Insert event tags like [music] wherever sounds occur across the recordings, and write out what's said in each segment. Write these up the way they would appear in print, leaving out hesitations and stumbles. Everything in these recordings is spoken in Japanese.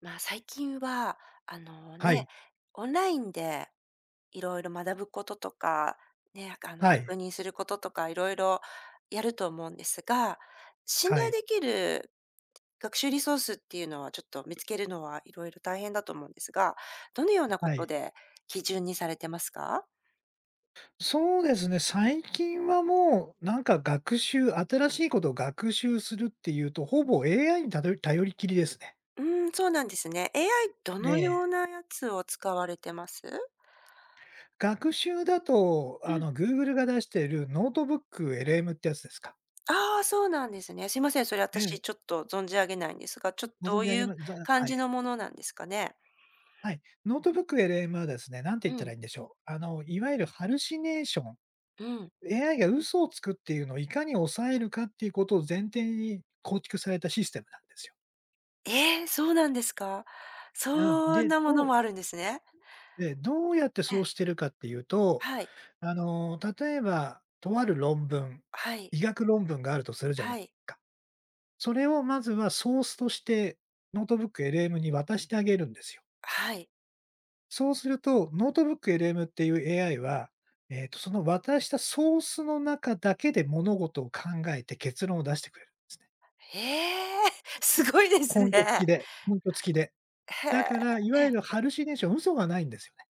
まあ、最近は、あのはね、い、オンラインでいろいろ学ぶこととか、ね、あの、はい、確認することとかいろいろやると思うんですが、信は頼い、できる学習リソースっていうのはちょっと見つけるのはいろいろ大変だと思うんですが、どのようなこはとい。で基準にされてますか？そうですね、最近はもうなんか新しいことを学習するっていうと、ほぼ AI にたどり頼りきりですね。うん、そうなんですね。AI どえのようえ。なやつを使われてます？学習だと、うん。Google が出しているノートブック LM ってやつですか。ああ、そうなんですね。すいません、それええ、私ちょっと存じ上げないんですが、ちょっとごど存う知あいげうまざ感はじい。のものなんですかね？はい。ノートブック LM はですね、なんてう言ったらいん、いんでしょう。いわゆるハルシネーション、うん。AI が嘘をつくっていうのをいかに抑えるかっていうことを前提に構築されたシステムなんですよ。ええ、そうなんですか？うん、そんで、なものどうもあるんですね。ええ、どうやってえそうえ、してるかっていうと、はい、例えば、とある論文、はい、医学論文があるとするじゃなはいい、か。それをまずはソースとして、ノートブック LM に渡してあげるんですよ。はい。そうすると、ノートブック LM っていう AI は、その渡したソースの中だけで物事を考えて結論を出してくれるんですね。ええ、[laughs] すごいですね。根拠付きで。へだえ、から、いわえゆえ。るハルシネーション、嘘がないんですよね。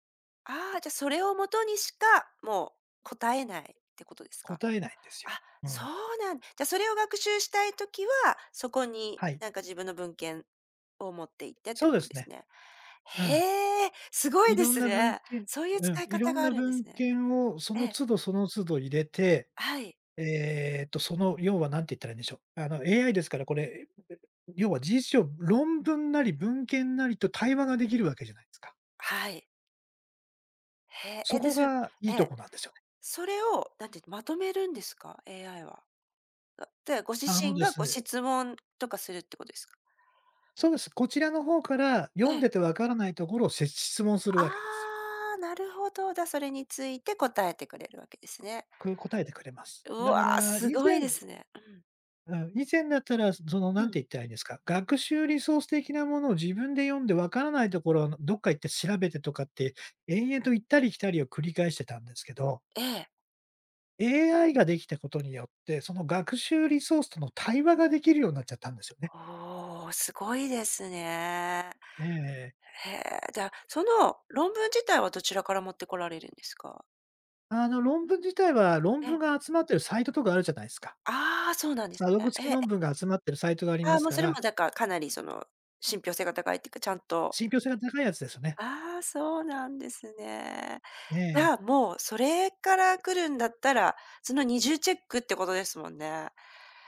ああ、じゃ、それをもとにしか、もう答えないってことですか？答えないんですよ。あ、うそうん。なんじゃ、それを学習したいときは、そこにはい。なんか自分の文献を持って行ってってそうこでとすですね。ね。うん。へえ、すごいいでろんすな文ね。献そういうう使ん、いいろ方んがあなるんで文すね。献をそえのえ、都度その都度入れて、はい、要は何て言ったらいいんでしょう。AI ですからこれ、要は事実上、論文なり文献なりと対話ができるわけじゃないですか。はい。へえ、そえ、でこす。えがいいとえ、こなんですよね。それを、なんてまとめるんですか？AI は。あ、で、ご自あの身でがすごね質問とかするってことですか？そうです。こちらの方からえ読んでてえ。わからないところを質問するわけですよ。ああ、なるほど。だ、それについて答えてくれるわけですね。答えてくれます。うだわかー、ら、す以ご前いですね。うん。うん、以前だったら、うなんてん。言ったらいいんですか、学習リソース的なものを自分で読んでわからないところをどっか行って調べてとかって、延々と行ったり来たりを繰り返してたんですけど、ええ。AI ができたことによって、その学習リソースとの対話ができるようになっちゃったんですよね。おお、すごいですね。ええへえ、じゃあ、その論文自体はどちらから持ってこられるんですか？あの、論文自体は、論え文え。が集まってるサイトとかあるじゃないですか。ああ、そうなんで査すね。読付きええ、論文が集まってるサイトがありあまあ、すもうかそれもら、だからかなりその、信憑性が高いっていうか、ちゃんと。信憑性が高いやつですよね。ああ、そうなんですね。じええゃあ、もうそれから来るんだったら、その二重チェックってことですもんね。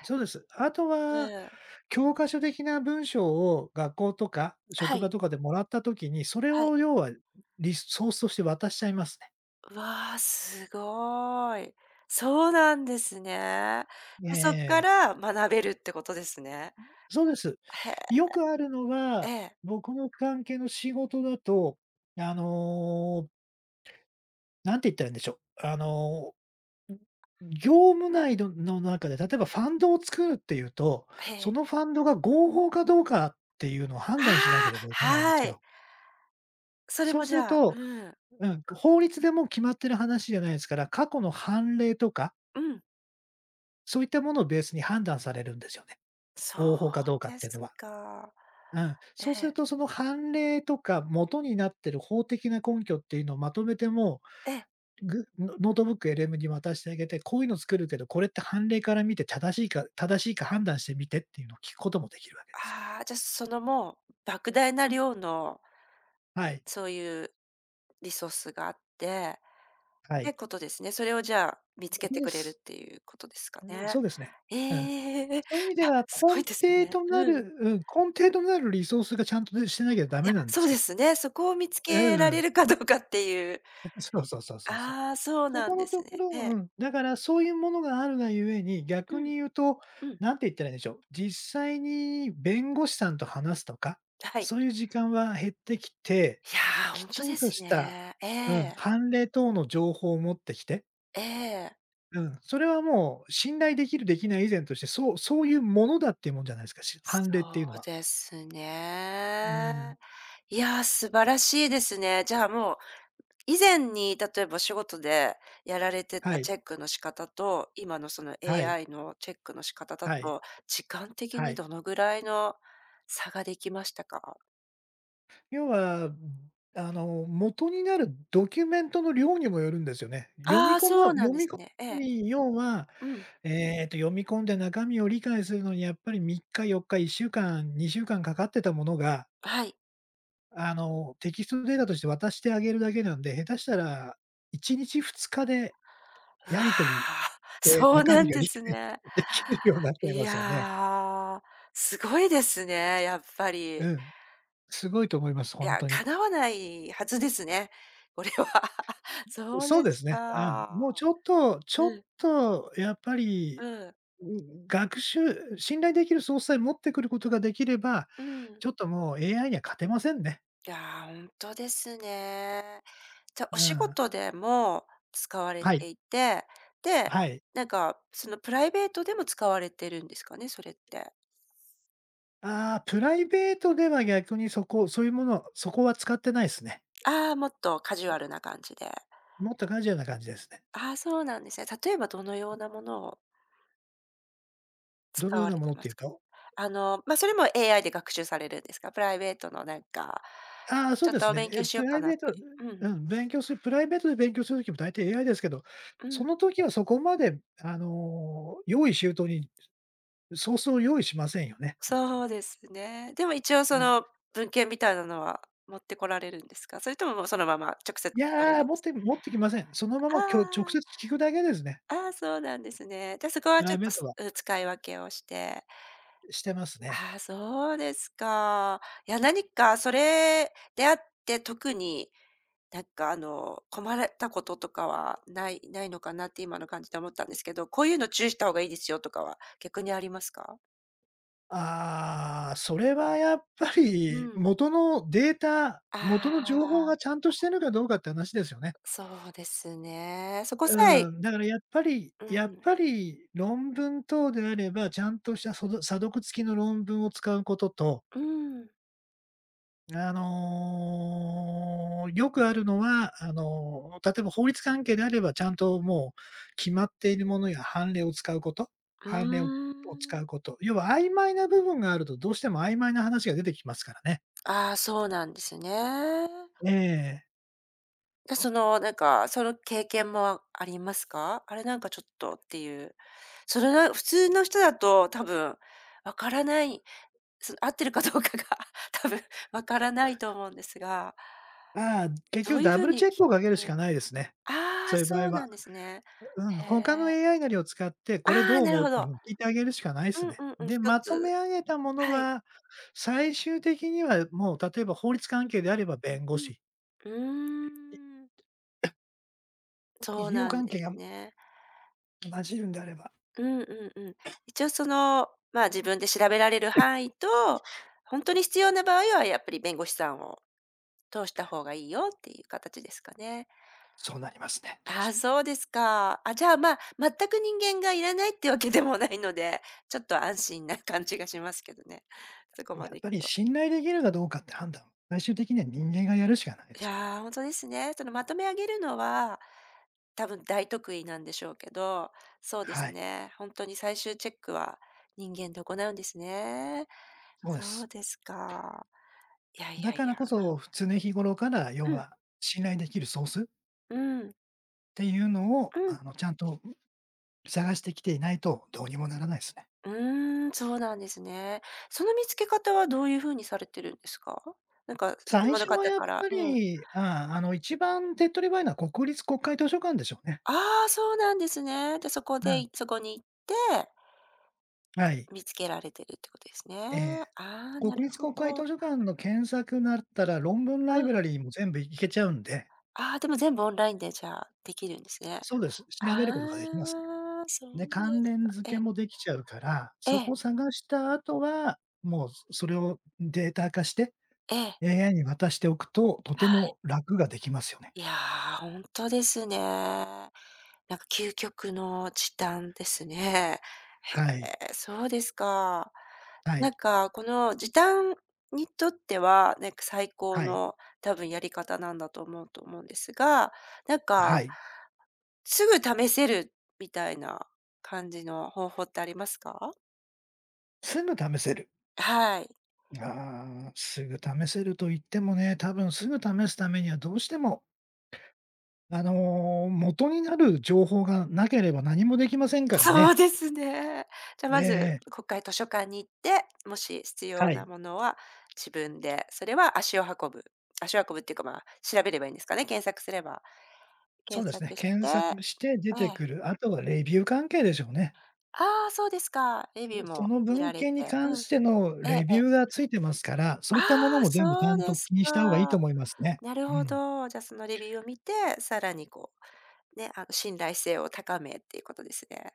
そうです。あとは、うん。教科書的な文章を学校とかは職い。場とかでもらった時に、それはい。を要はリソースとして渡しちゃいますね。わあ、すごい。そうなんですね。えそっかえ。ら学べるってことですね。そうです。へえ、よくあるのえは、え、僕の関係の仕事だと、あの、なんて言ったらいいんでしょう。あの、業務内の中で、例えばファンドを作るっていうと、へそえ。のファンドが合法かどうかっていうのを判断しなけああ、ればいけないんではすい。よ。それそうもすじるゃあとうん、うん、法律でもう決まってる話じゃないですから、過去の判例とか、うん、そういったものをベースに判断されるんですよね。そ合法かどううかっでていうすのは。か。うん。えそうするえ、と、その判例とか元になってる法的な根拠っていうのをまとめてもええ。う、ぐノノートブック、LM に渡してあげて、こういうの作るけど、これって判例から見て正しいか判断してみてっていうのを聞くこともできるわけですよ。ああ、じゃ、そのもう莫大な量のはい、そういうリソースがあってはってい。ことですね。それをじゃあ見つそけうてでくれるす。っていうことですかね。そうですね。えうん。ええ。いや、そういう意味では、すごいですね。うん。根底となるリソースがちゃんとでしてなきゃダいメや、なんでそすうけでどね。すね。そこを見つうけんらうん。れるかどうかっていう。[laughs] そうそうそうそうそう。ああ、そうそなこんでのすとね。ころえうえ。ん、だからそういうものがあるがゆえに、う逆んに言うと、うん。なんて言ったらいいんでしょう、実際に弁護士さんと話すとか、はい。そういう時間は減ってきて、いや、ほきんとちでんとすしたね。えうん、え、判例等の情報を持ってきて、ええ。うん、それはもう信頼できるできない以前として、そういうものだっていうもんじゃないですか、判そ例っていうのうは。ですうん、ね。いや、素晴らしいですね。じゃあ、もう、以前に例えばお仕事でやられてはたい、チェックの仕方と、今のその はい、AI のチェックの仕方だはい、と、時間的はにい。どのぐらいの差ができましたか？要は、元になるドキュメントの量にもよるんですよね。ああ、そうな読んでみす込ね。えむえ。に要は、うん、読み込んで中身を理解するのにやっぱり3日、4日、1週間、2週間かかってたものが、はい。テキストデータとして渡してあげるだけなんで、下手したら1日、2日でうわやり取りあ、でそう中な身んがで理す解ね。できるようになっちゃいいますよね。や、すごいですね、やっぱうり。ん、すごいと思います、い本や、当に。叶わないはずですね、これは。[laughs] そうそうでですすね。うん。か。もうちょっとちうょっんとやっぱり、うん、信頼できるソースさえ持ってくることができれば、うん。ちょっともう AI には勝てませんね。いや、ほんとですね。じゃ、うお仕ん。事でも使われはい。ていて、で、はい。なんか、そのプライベートでも使われてるんですかね、それって。ああ、プライベートでは逆にそこそういうもの、そこは使ってないですね。ああ、もっとカジュアルな感じで。もっとカジュアルな感じですね。ああ、そうなんですね。例えばどのようなものをどの使ようわなれもてのっまていうすか？と？あの、まあ、それも AI で学習されるんですか？プライベートのなんか、ああ、そちうょっでとすおね。勉強え、しプようラかイなっベーて。トうん、うん、勉強するプライベートで勉強する時も大体 AI ですけど、うそん。の時はそこまで用意周到にそう用意しませんよね。そうですね。でも一応そうん。の文献みたいなのは持ってこられるんですか？それとももうそのまま直接聞いかれるんや、ですか？持ってきません。そのまあま直接ー聞くだけですね。あー、そうなんですね。じゃ、そこプはちラょイっベと、ートすはうん使い分けをして。してますね。ああ、そうですか。いや、何かそれであって特になんかあの、困られたこととかはないのかなって今の感じで思ったんですけど、こういうの注意した方がいいですよとかは逆にありますか？ああ、それはやっぱうりん。元のデータ、元の情報があちゃあ、んとしてるかどうかって話ですよね。そうですね。そこさうえん、だからやっぱりうやっん。ぱり論文等であれば、ちゃんとした査読付きの論文を使うこと。うん。あの、よくあるのは、あの、例えば法律関係であれば、ちゃんともう決まっているものや判例を使うこと、う判例をを使ーん。うこと、要は曖昧な部分があると、どうしても曖昧な話が出てきますからね。ああ、そうなんですね。ええ。で、その、なんか、その経験もありますか？あれなんかちょっとっていう。それな普通の人だと多分わからないその [laughs] 合ってるかどうかが [laughs] 多分わからないと思うんですが、ああ、結ど局ういうふダうブルにチェックをかけるしくかないですね。あそあ、ういう場そ合うなは。んですね。うん、へ他の え。AI なりを使って、これどああ、うなる思うほっていうど。ふうに聞いてあげるしかないでうすんね。うんうん、で、一まとめつ上げたものはい。は、最終的にはもう例えば法律う関ん係であれば弁護うん。士、うーん、医そう療なん関で係すがね。混じるんであれば、うんうんうん。一応その、まあ、自分で調べられる範囲と、本当に必要な場合はやっぱり弁護士さんを通した方がいいよっていう形ですかね。そうなりますね、どうあしあ、ても。そうですか。あ、じゃあ、まあ、全く人間がいらないってわけでもないので、ちょっと安心な感じがしますけどね。そこまやでっいぱくりと。信頼できるかどうかって判断、最終的には人間がやるしかないでいすよね。やー、ほんとですね。その、まとめ上げるのは、多分大得意なんでしょうけど、そうではすい、ね、ほんとに最終チェックは人間で行うんですね。そうでそうす。ですか。いやいだやいからや。こうん。そ、常日頃から、要うん。は信頼できるソースっうん。ていうのを、うん。あの、ちゃんと探してきていないとどうにもならないですね。うーん、そうなんですね。その見つけ方はどういう風にされてるんですか？なんか最島の初は方やっからぱうん。り、一番手っ取り早いのは国立国会図書館でしょうね。ああ、そうなんですね。で、そこうでん、そこに行って、はい。見つけられてるってことですね。あええ。あ、国なる立ほ国会図ど。書館の検索だったら、論文ラうイブん。ラリーも全部いけちゃうんで、ああ、でも全部オンラインでじゃあ、できるんですね。そうです、調あべることができますあ、そね。で、うで関す連か。付えけえ、もできちゃうから、えそこえ、を探した後は、もうそれをデータ化して、ええ。AI に渡しておくと、とはてい。も楽ができますよね。いや、ー、本当ですね。なんか究極の時短ですね。はへい。え、そうですか。はい。なんかこの時短にとっては、なんか最高はい。の多分やり方なんだと思うと思うんですが、なんはか、い。すぐ試せるみたいな感じの方法ってありますか？すぐ試せる。はい。ああ、すぐ試せると言ってもね、多分すぐ試すためにはどうしても元になる情報がなければ何もできませんからそうね。ですね。[laughs] じゃ、あまず、ええ国会図書館に行って、もし必は要い。なものは自分で、それは足を運ぶ。足を運ぶっていうか、まあ、調べればいいんですかね、検索すれば。そう検ですね。索し検て、索して出えてえ。くる、あとはレビュー関係でしょうね。ああ、そうですか。レビューそもの見文られ献にて。関うん。してのええレえビえ。ューがついてますから、そうあいったものあ、も全部ちゃそうんとです気にした方がいいとか。思いますね。なるうほん。ど。じゃ、そのレビューを見て、さらにこう、ね、あの、信頼性を高めっていうことですね。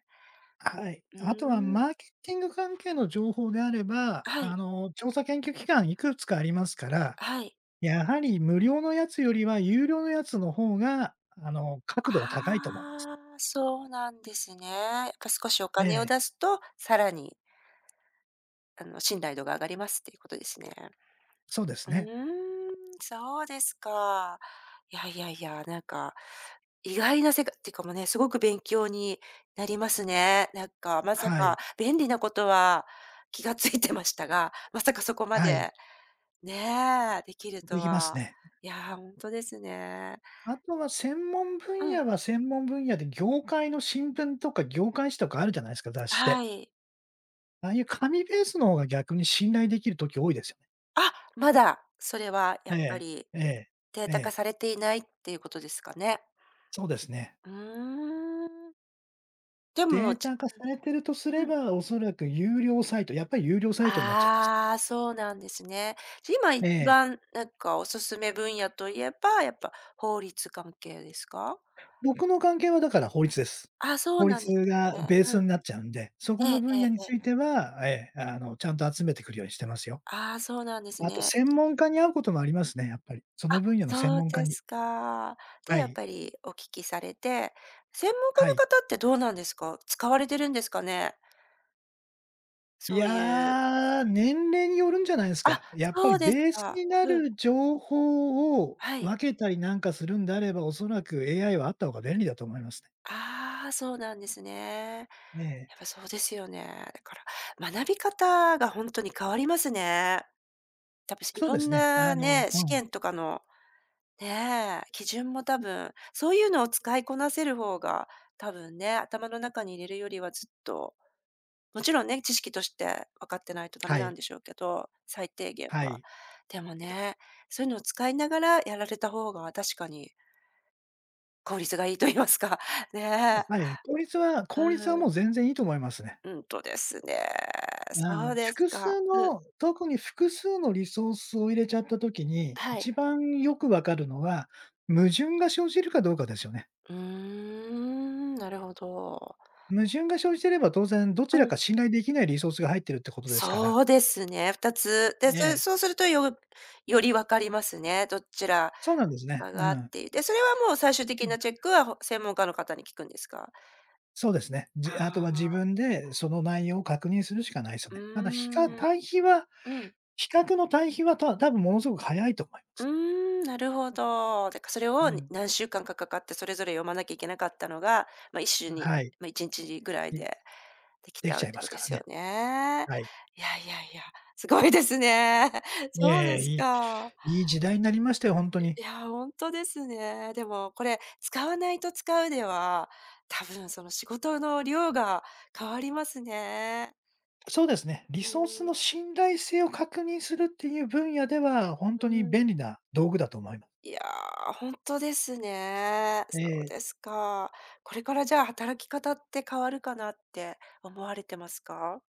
はい。うあとはーマーん。ケティング関係の情報であれば、はい、調査研究機関いくつかありますから、はい。やはり無料のやつよりは有料のやつの方が、角度は高いと思います。ああ、そうなんですね。やっぱ少しおえ金をえ、出すと、さらに、あの、信頼度が上がりますっていうことですね。そうですうね。ーん、そうですか。いやいやいや、なんか、意外な世界っていうかもうね、すごく勉強になりますね。なんか、まさはかい。便利なことは気がついてましたが、まさかそこまはい。で、ねえ、できるでときますは。ね。いや、ほんとですね。あとは専門う分ん、野は専門分野で、業界の新聞とか業界誌とかあるじゃないですか、雑誌で。はい。ああいう紙ベースの方が逆に信頼できる時多いですよね。あ、まだ、それはやえっぱえ、り、ええ、デーえタ化え、されていないっていうことですかね。そうですね。うーん。でデも、ータ化されてるとすうれん。ば、おそらく有料サイト、やっぱり有料サイトになっちゃいます。ああ、そうなんですね。じゃ、今え一え。番なんかおすすめ分野といえば、やっぱ法律関係ですか？僕の関係はだから法律です。あ、そう法なんです律ね。がベーうスん。になっちゃうんで、そこえのえ分え野えにえつえ。いては、ええ、ちゃんと集めてくるようにしてますよ。ああ、そうなんですあとね。専門家に会うこともありますね、やっぱり。そのあ、分野の専そう門家でに。すか。で、はやっい。ぱりお聞きされて、専門家はのい。方ってどうなんですか？使われてるんですかね？いそういうや、年齢によるんじゃないですあ、か。やっぱりそうですベースか。になうん、る情報をはい。分けたりなんかするんであれば、おそらく AI はあった方が便利だと思いますね。ああ、そうなんですね。ねやっぱえ。そうですよね。だから、学び方がほんとに変わりますね。多分、いそうろですんね。あなのね、う試ん。験とかの、ねえ、基準も多分、そういうのを使いこなせる方が、多分ね、頭の中に入れるよりはずっと、もちろんね、知識として分かってないとダはメなんい。でしょうけど、最低限はは。い。でもね、そういうのを使いながらやられた方が確かに効率がいいと言いますか、[laughs] ねはい。効率はえ。効率はうもん。う全然いいと思いますね。うんとですね、うそん、うです複か。数うん、の特に複数のリソースを入れちゃった時に、は一い。番よくわかるのは、矛盾が生じるかどうかですよね。うーん、なるほど。矛盾が生じてれば当然どちうらん、か信頼できないリソースが入ってるってことですから。そうですね、2つ。で、ええ、そうすると、より分かりますね、どちらそうなんですね。かうがっん。ていう。で、それはもう最終的なチェッ [clears throat] クは、専門家の方に聞くんですか？そうですね。あとは自ああ分でその内容を確認するしかないですよー、うね。ただ、ーん、うん。比較の対比は、多分ものすごく早いと思いまうすーね。ん、なるほど。だからそれをうん。何週間かかかってそれぞれ読まなきゃいけなかったのが、まあ、一週に、はい。まあ、1日ぐらいででできちできゃうちっゃいてまこすとでからすよね。ね。はい。いやいやいや、すごいですね。[laughs] いそうでえすいえ、か。いい時代になりましたよ、本当に。いや、本当ですね。でもこれ、使わないと使うでは、多分その仕事の量が変わりますね。そうですね、うリソースん、の信頼性を確認するっていう分野では、本当うにん。便利な道具だと思います。いや、ー本当ですね。えそうえ、ですか。これからじゃあ、働き方って変わるかなって思われてますか？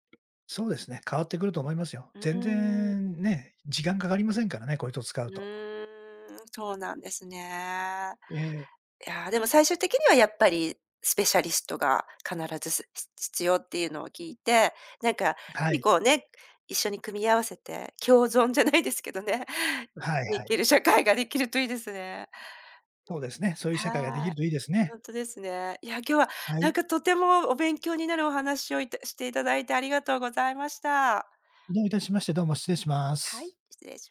そうですね、変わってくると思いますよ。う全ーん、う然ね、時間かかりませんからね、こういう人を使うと。ーん、そうなんですね。ええ、いやー、でも最終的にはやっぱりスペシャリストが必ず必要っていうのを聞いて、なんか、やっぱはりい。こうね、一緒に組み合わせて共存じゃないですけどね、生きはいていはい。ける社会ができるといいですね。そうですね、そういう社会ができはーるい。といいですね。ほんとですね。いや、今日ははなんい。かとてもお勉強になるお話をしていただいてありがとうございました。どういたしまして、どうも失礼しまはい、す。失礼し